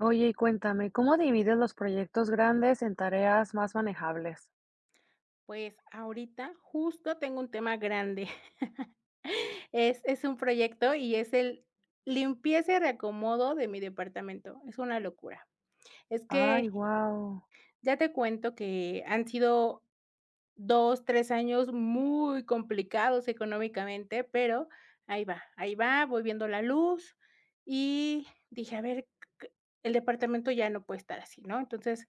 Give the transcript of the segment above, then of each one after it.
Oye, y cuéntame, ¿cómo divides los proyectos grandes en tareas más manejables? Pues ahorita justo tengo un tema grande. Es un proyecto y es el limpieza y reacomodo de mi departamento. Es una locura. Es que Ay, wow. ya te cuento que han sido 2 3 años muy complicados económicamente, pero ahí va, voy viendo la luz y dije: "A ver, c el departamento ya no puede estar así", ¿no? Entonces,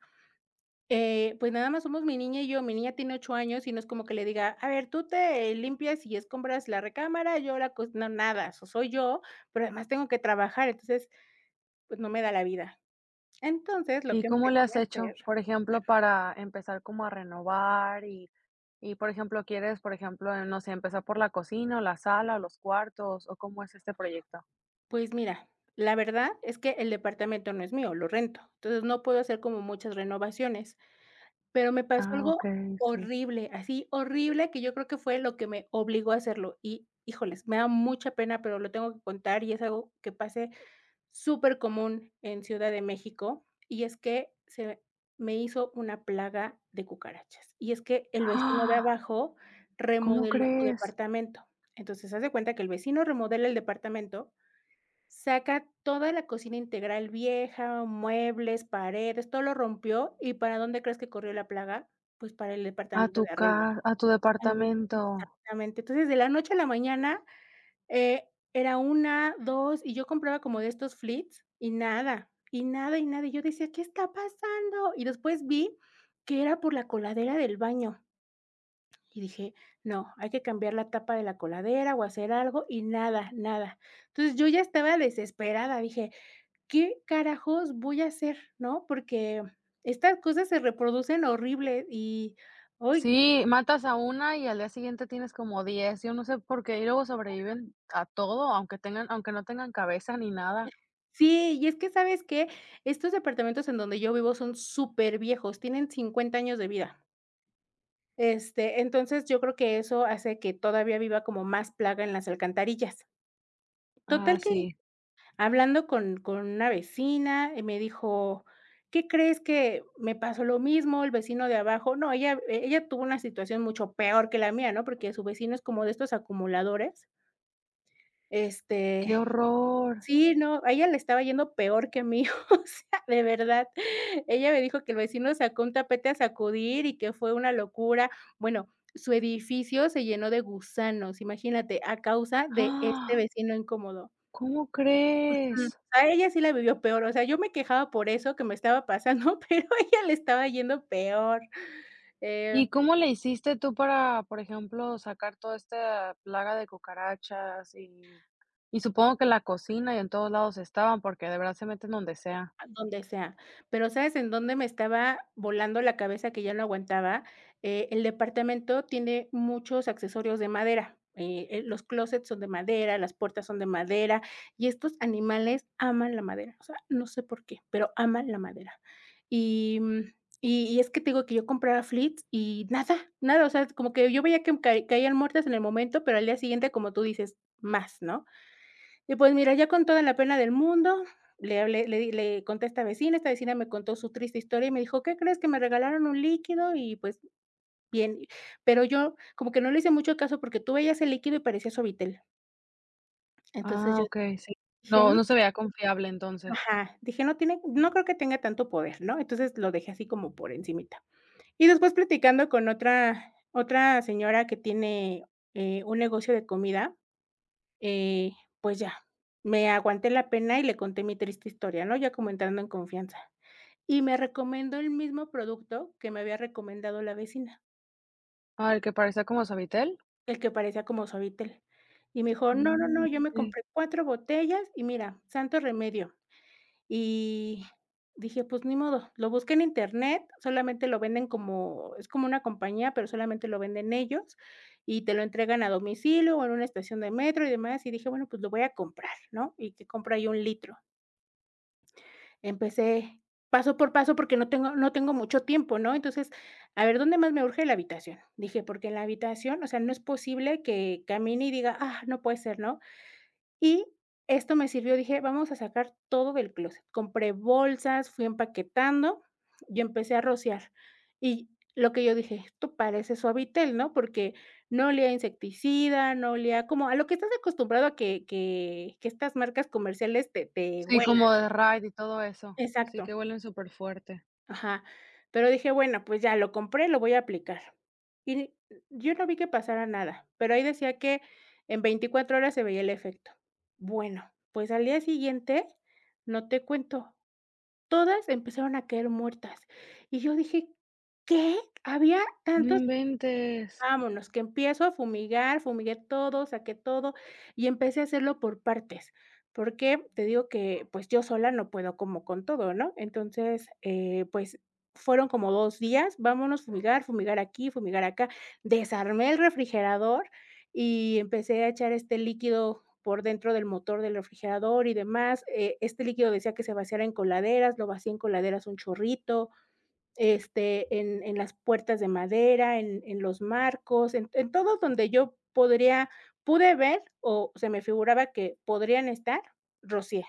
Pues nada más somos mi niña y yo. Mi niña tiene 8 años y no es como que le diga: "A ver, tú te limpias y escombras la recámara, yo la cos", no, nada. Eso soy yo, pero además tengo que trabajar, entonces, pues no me da la vida. Entonces, lo ¿Y que cómo empecé le has a hacer, hecho, por ejemplo, para empezar como a renovar y por ejemplo, quieres, por ejemplo, no sé, empezar por la cocina o la sala o los cuartos o cómo es este proyecto? pues mira, la verdad es que el departamento no es mío, lo rento. Entonces, no puedo hacer como muchas renovaciones, pero me pasó Ah, ok, algo sí. horrible, así horrible, que yo creo que fue lo que me obligó a hacerlo. Y, híjoles, me da mucha pena, pero lo tengo que contar y es algo que pasé súper común en Ciudad de México, y es que se me hizo una plaga de cucarachas, y es que el vecino de ¡Ah! abajo ¿Cómo remodeló su crees? departamento. Entonces, haz de cuenta que el vecino remodela el departamento, saca toda la cocina integral vieja, muebles, paredes, todo lo rompió, ¿y para dónde crees que corrió la plaga? Pues para el departamento de arriba. A tu Al mi departamento. exactamente. Entonces, de la noche a la mañana era una 2 y yo compraba como de estos flits, y nada, y nada, y nada. Y yo decía: "¿Qué está pasando?". Y después vi que era por la coladera del baño, y dije: "No, hay que cambiar la tapa de la coladera o hacer algo", y nada, nada. Entonces, yo ya estaba desesperada, dije: "¿Qué carajos voy a hacer?", ¿no? Porque estas cosas se reproducen horrible y, hoy. Sí, matas a una y al día siguiente tienes como 10. Yo no sé por qué, y luego sobreviven a todo, aunque no tengan cabeza ni nada. Sí, y es que, ¿sabes que estos departamentos en donde yo vivo son súper viejos? Tienen 50 años de vida. Este, entonces, yo creo que eso hace que todavía viva como más plaga en las alcantarillas. Ah, Total que sí. hablando con una vecina, me dijo: "¿Qué crees que me pasó lo mismo? El vecino de abajo", no, ella tuvo una situación mucho peor que la mía, ¿no? Porque su vecino es como de estos acumuladores, ¡Qué este, horror! sí, no, a ella le estaba yendo peor que a mí, o sea, de verdad. Ella me dijo que el vecino sacó un tapete a sacudir y que fue una locura. Bueno, su edificio se llenó de gusanos, imagínate, a causa de este Ah, vecino incómodo. ¿cómo Mm, crees? a ella sí la vivió peor, o sea, yo me quejaba por eso que me estaba pasando, pero a ella le estaba yendo peor. Eh ¿Y cómo le hiciste tú para, por ejemplo, sacar toda esta plaga de cucarachas? Y supongo que en la cocina y en todos lados estaban, porque de verdad se meten donde sea. Donde sea. Pero, ¿sabes en dónde me estaba volando la cabeza que ya no aguantaba? El departamento tiene muchos accesorios de madera, los closets son de madera, las puertas son de madera, y estos animales aman la madera, o sea, no sé por qué, pero aman la madera. Y, mm, y es que te digo que yo compraba flits y nada, nada, o sea, como que yo veía que ca caían muertas en el momento, pero al día siguiente, como tú dices, más, ¿no? Y pues mira, ya con toda la pena del mundo, le hablé, le conté a esta vecina me contó su triste historia y me dijo: "¿Qué crees? Que me regalaron un líquido y, pues, bien". Pero yo como que no le hice mucho caso porque tú veías el líquido y parecía Suavitel. Entonces Ah, yo okey, sí. dije: No, "No". no se veía confiable entonces. Ajá, dije: "No tiene, no creo que tenga tanto poder", ¿no? Entonces lo dejé así como por encimita. Y después platicando con otra señora que tiene, un negocio de comida. Eh, pues ya, me aguanté la pena y le conté mi triste historia, ¿no? Ya como entrando en confianza. Y me recomendó el mismo producto que me había recomendado la vecina, Ah, el que parecía como Sabitel. el que parecía como Suavitel. Y me dijo: "No, no, Mm. no, yo me Sí. compré 4 botellas y mira, santo remedio". Y dije: "Pues ni modo". Lo busqué en Internet, solamente lo venden como es como una compañía, pero solamente lo venden ellos y te lo entregan a domicilio o en una estación de metro y demás. Y dije: "Bueno, pues lo voy a comprar", ¿no? Y que compro ahí un litro. Empecé paso por paso, porque no tengo mucho tiempo, ¿no? Entonces, a ver, ¿dónde más me urge? La habitación. Dije, porque en la habitación, o sea, no es posible que camine y diga: "Ah, no puede ser", ¿no? Y esto me sirvió, dije: "Vamos a sacar todo del closet". Compré bolsas, fui empaquetando y empecé a rociar. Y lo que yo dije: "Esto parece Suavitel", ¿no? Porque no olía a insecticida, no olía como a lo que estás acostumbrado a que estas marcas comerciales te Sí, huelan. como de Raid y todo eso. Sí, Exacto. que huelen súper fuerte. Ajá, pero dije: "Bueno, pues ya, lo compré, lo voy a aplicar". Y yo no vi que pasara nada, pero ahí decía que en 24 horas se veía el efecto. Bueno, pues al día siguiente, no te cuento, todas empezaron a caer muertas. Y yo dije: "¿Qué? ¿Había No tantos?". inventes. Vámonos, que empiezo a fumigar, fumigué todo, saqué todo y empecé a hacerlo por partes, porque te digo que, pues, yo sola no puedo como con todo, ¿no? Entonces, pues, fueron como 2 días, vámonos, fumigar, fumigar aquí, fumigar acá. Desarmé el refrigerador y empecé a echar este líquido por dentro del motor del refrigerador y demás. Este líquido decía que se vaciara en coladeras, lo vacié en coladeras un chorrito este, en las puertas de madera, en los marcos, en todo donde yo podría pude ver, o se me figuraba que podrían estar, rocié.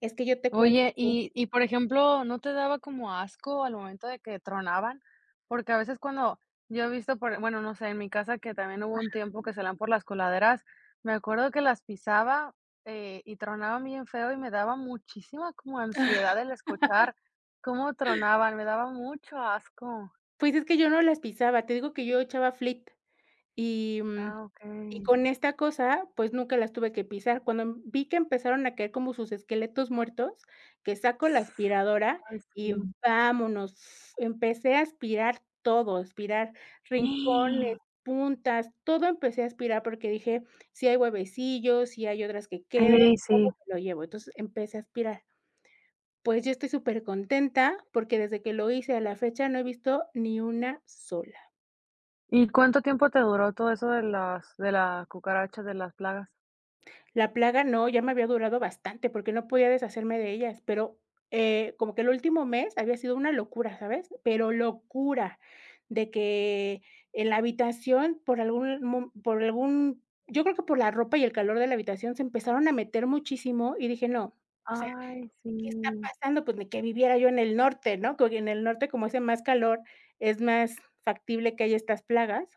Es que yo te cuento Oye, que y, por ejemplo, ¿no te daba como asco al momento de que tronaban? Porque a veces cuando yo he visto por no sé, en mi casa que también hubo un tiempo que salían por las coladeras, me acuerdo que las pisaba, y tronaban bien feo, y me daba muchísima como ansiedad el escuchar cómo tronaban, me daba mucho asco. pues, es que yo no las pisaba, te digo que yo echaba flit. Y, mm, Ah, y okey. con esta cosa, pues, nunca las tuve que pisar. Cuando vi que empezaron a caer como sus esqueletos muertos, que saco la aspiradora Ay, y sí. vámonos. Empecé a aspirar todo, aspirar rincones, puntas, todo empecé a aspirar porque dije: "Si hay huevecillos, si hay otras que queden, Ey, sí. lo llevo". Entonces, empecé a aspirar. Pues, yo estoy súper contenta porque desde que lo hice a la fecha no he visto ni una sola. ¿Y cuánto tiempo te duró todo eso de las cucarachas, de las plagas? La plaga no, ya me había durado bastante, porque no podía deshacerme de ellas, pero, como que el último mes había sido una locura, ¿sabes? Pero locura, de que en la habitación, por algún mo por algún yo creo que por la ropa y el calor de la habitación se empezaron a meter muchísimo, y dije: "No, o sea, Ay, ¿qué está sí, pasando?". Pues ni que viviera yo en el norte, ¿no? Porque en el norte, como hace más calor, es más factible que haya estas plagas.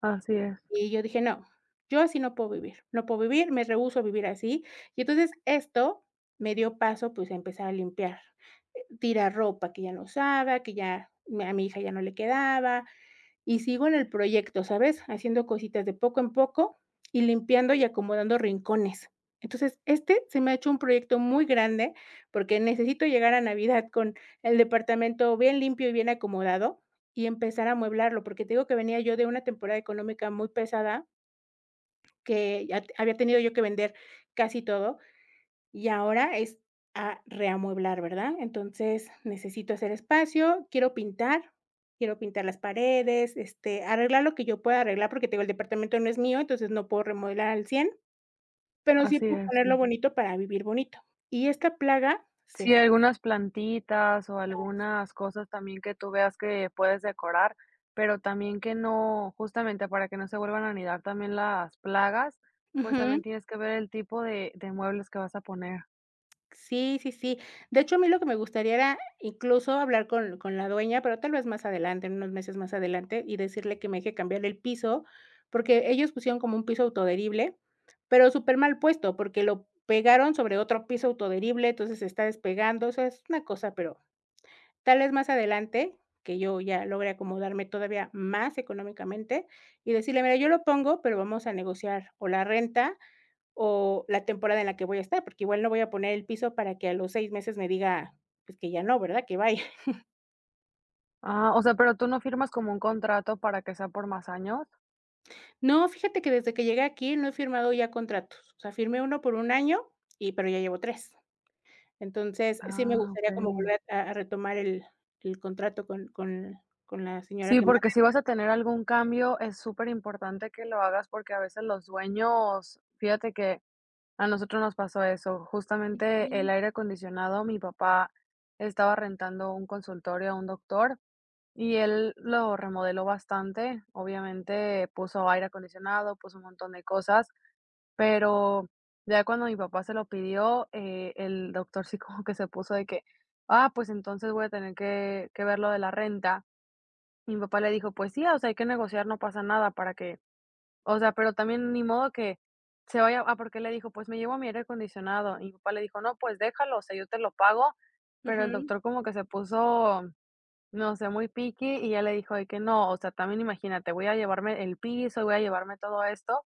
así es, Y yo dije: "No, yo así no puedo vivir, no puedo vivir, me rehúso a vivir así". Y entonces esto me dio paso, pues, a empezar a limpiar, tirar ropa que ya no usaba, que ya me a mi hija ya no le quedaba, y sigo en el proyecto, ¿sabes? Haciendo cositas de poco en poco y limpiando y acomodando rincones. Entonces, este se me ha hecho un proyecto muy grande porque necesito llegar a Navidad con el departamento bien limpio y bien acomodado y empezar a amueblarlo, porque te digo que venía yo de una temporada económica muy pesada que ya había tenido yo que vender casi todo. Y ahora es a reamueblar, ¿verdad? Entonces, necesito hacer espacio, quiero pintar las paredes, este, arreglar lo que yo pueda arreglar, porque te digo, el departamento no es mío, entonces no puedo remodelar al 100, pero sí así puedo es, ponerlo sí. bonito para vivir bonito. Y esta plaga se Sí, fue. algunas plantitas o algunas cosas también que tú veas que puedes decorar, pero también que no, justamente para que no se vuelvan a anidar también las plagas, pues también tienes que ver el tipo de muebles que vas a poner. Sí, sí, sí. De hecho, a mí lo que me gustaría era incluso hablar con la dueña, pero tal vez más adelante, en unos meses más adelante, y decirle que me deje cambiar el piso, porque ellos pusieron como un piso autoadherible, pero súper mal puesto, porque lo pegaron sobre otro piso autoadherible, entonces se está despegando, o sea, es una cosa, pero tal vez más adelante, que yo ya logre acomodarme todavía más económicamente y decirle: "Mira, yo lo pongo, pero vamos a negociar o la renta o la temporada en la que voy a estar, porque igual no voy a poner el piso para que a los 6 meses me diga, pues, que ya no, ¿verdad? Que bye". Ah, o sea, pero tú no firmas como un contrato para que sea por más años. No, fíjate que desde que llegué aquí no he firmado ya contratos, o sea, firmé uno por un año y pero ya llevo tres. Entonces, sí me Ah, gustaría como okey. volver a retomar el contrato con la señora Sí, que me. porque si vas a tener algún cambio, es súper importante que lo hagas, porque a veces los dueños, fíjate que a nosotros nos pasó eso. Justamente el Ujú, aire acondicionado, mi papá estaba rentando un consultorio a un doctor y él lo remodeló bastante. Obviamente puso aire acondicionado, puso un montón de cosas, pero ya cuando mi papá se lo pidió, el doctor sí como que se puso de que: "Ah, pues entonces voy a tener que ver lo de la renta". Mi papá le dijo: "Pues sí, o sea, hay que negociar, no pasa nada para que", o sea, pero también ni modo que se vaya. Ah, porque le dijo: "Pues me llevo mi aire acondicionado", y mi papá le dijo: "No, pues déjalo, o sea, yo te lo pago", pero el ujú, doctor como que se puso, no sé, muy picky, y ya le dijo de que: "No, o sea, también imagínate, voy a llevarme el piso, voy a llevarme todo esto".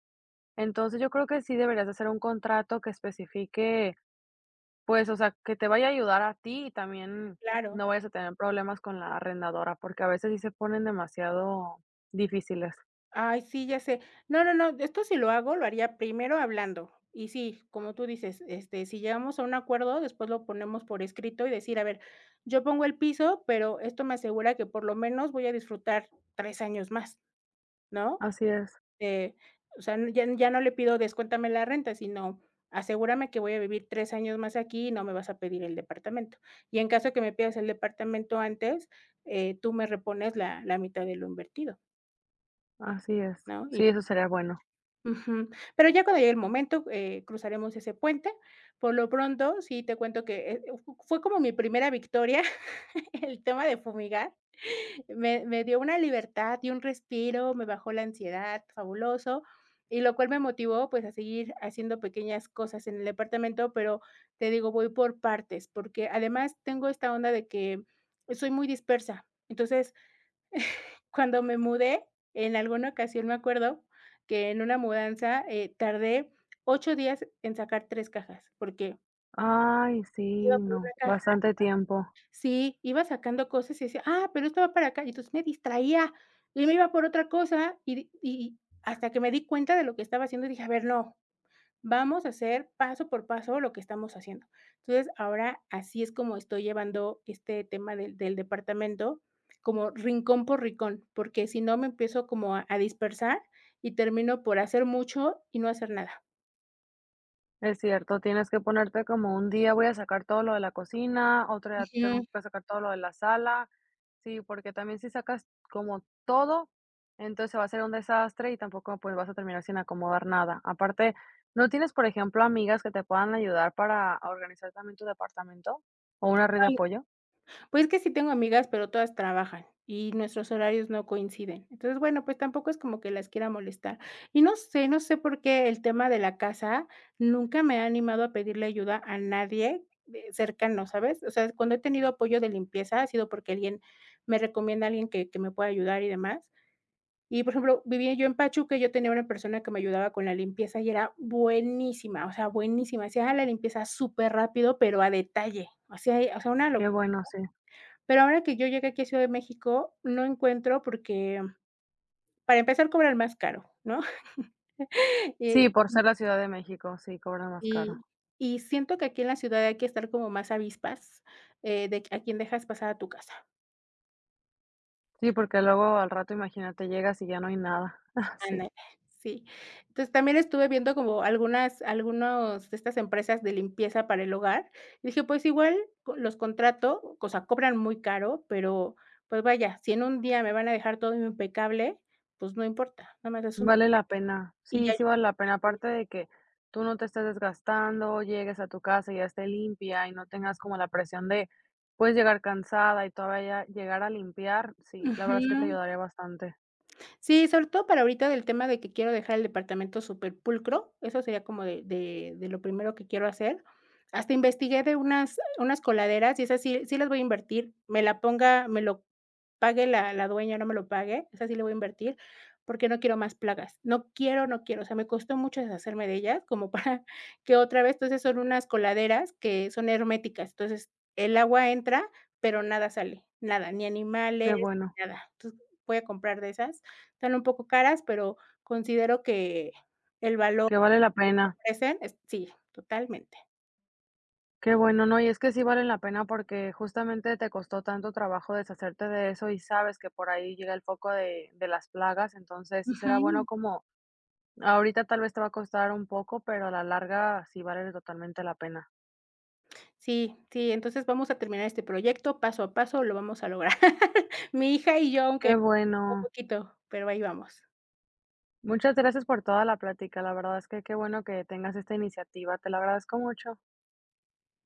Entonces, yo creo que sí deberías de hacer un contrato que especifique, pues, o sea, que te vaya a ayudar a ti y también claro. no vayas a tener problemas con la arrendadora, porque a veces sí se ponen demasiado difíciles. Ay, sí, ya sé. No, no, no, esto si lo hago, lo haría primero hablando. Y sí, como tú dices, este, si llegamos a un acuerdo, después lo ponemos por escrito y decir, a ver, yo pongo el piso, pero esto me asegura que por lo menos voy a disfrutar 3 años más, ¿no? Así es, Eh, o sea, ya no le pido descuéntame la renta, sino asegúrame que voy a vivir 3 años más aquí y no me vas a pedir el departamento. Y en caso que me pidas el departamento antes, tú me repones la mitad de lo invertido, así es. ¿no? Sí, eso sería bueno. Ujú. Pero ya cuando llegue el momento, cruzaremos ese puente. Por lo pronto, sí te cuento que, fu fue como mi primera victoria el tema de fumigar. Me dio una libertad y un respiro, me bajó la ansiedad, fabuloso, y lo cual me motivó, pues, a seguir haciendo pequeñas cosas en el departamento, pero te digo, voy por partes, porque además tengo esta onda de que soy muy dispersa. Entonces, cuando me mudé, en alguna ocasión me acuerdo que en una mudanza, tardé 8 días en sacar 3 cajas, porque Ay, sí, iba por una no, caja, bastante tiempo. sí, iba sacando cosas y decía: "Ah, pero esto va para acá", y entonces me distraía, y me iba por otra cosa, y hasta que me di cuenta de lo que estaba haciendo, y dije: "A ver, no, vamos a hacer paso por paso lo que estamos haciendo". Entonces, ahora así es como estoy llevando este tema del departamento, como rincón por rincón, porque si no me empiezo como a dispersar y termino por hacer mucho y no hacer nada. Es cierto, tienes que ponerte como un día voy a sacar todo lo de la cocina, otro día Ujú. tengo que sacar todo lo de la sala. Sí, porque también si sacas como todo, entonces se va a hacer un desastre y tampoco pues vas a terminar sin acomodar nada. Aparte, ¿no tienes, por ejemplo, amigas que te puedan ayudar para organizar también tu departamento o una red de apoyo? Pues que sí tengo amigas, pero todas trabajan y nuestros horarios no coinciden. Entonces, bueno, pues tampoco es como que las quiera molestar. Y no sé, no sé por qué el tema de la casa nunca me ha animado a pedirle ayuda a nadie de cercano, ¿sabes? O sea, cuando he tenido apoyo de limpieza ha sido porque alguien me recomienda a alguien que me pueda ayudar y demás. Y, por ejemplo, vivía yo en Pachuca, y yo tenía una persona que me ayudaba con la limpieza y era buenísima, o sea, buenísima. Hacía la limpieza súper rápido, pero a detalle. Hacía, o sea, una Qué locura. bueno, sí. Pero ahora que yo llegué aquí a Ciudad de México, no encuentro porque, para empezar, cobran más caro, ¿no? Eh, Sí, por ser la Ciudad de México, sí, cobran más caro. y y siento que aquí en la ciudad hay que estar como más avispas, de a quién dejas pasar a tu casa. Sí, porque luego al rato, imagínate, llegas y ya no hay nada. Sí. Ándale, sí. Entonces, también estuve viendo como algunas algunos de estas empresas de limpieza para el hogar, y dije: "Pues igual co los contrato", o sea, cobran muy caro, pero, pues vaya, si en un día me van a dejar todo impecable, pues no importa, nada más es un Vale la pena. y Sí, ya. sí vale la pena. Aparte de que tú no te estés desgastando, llegues a tu casa y ya esté limpia y no tengas como la presión de, puedes llegar cansada y todavía llegar a limpiar. Sí, la verdad es que Ujú. te ayudaría bastante. Sí, sobre todo para ahorita del tema de que quiero dejar el departamento súper pulcro, eso sería como de lo primero que quiero hacer. Hasta investigué de unas coladeras y esas sí las voy a invertir, me lo pague la dueña o no me lo pague, esa sí le voy a invertir, porque no quiero más plagas. No quiero, no quiero. O sea, me costó mucho deshacerme de ellas como para que otra vez. Entonces, son unas coladeras que son herméticas. Entonces, el agua entra, pero nada sale, nada, ni animales, Qué ni bueno, nada. Entonces, voy a comprar de esas. Están un poco caras, pero considero que el valor que que vale la pena. ofrecen es, sí, totalmente. Qué bueno, no, y es que sí vale la pena porque justamente te costó tanto trabajo deshacerte de eso y sabes que por ahí llega el foco de las plagas, entonces sí será bueno Ujú. como ahorita tal vez te va a costar un poco, pero a la larga sí vale totalmente la pena. Sí, sí, entonces vamos a terminar este proyecto paso a paso, lo vamos a lograr. Mi hija y yo, aunque Qué un bueno. poquito, pero ahí vamos. Muchas gracias por toda la plática. La verdad es que qué bueno que tengas esta iniciativa. Te lo agradezco mucho.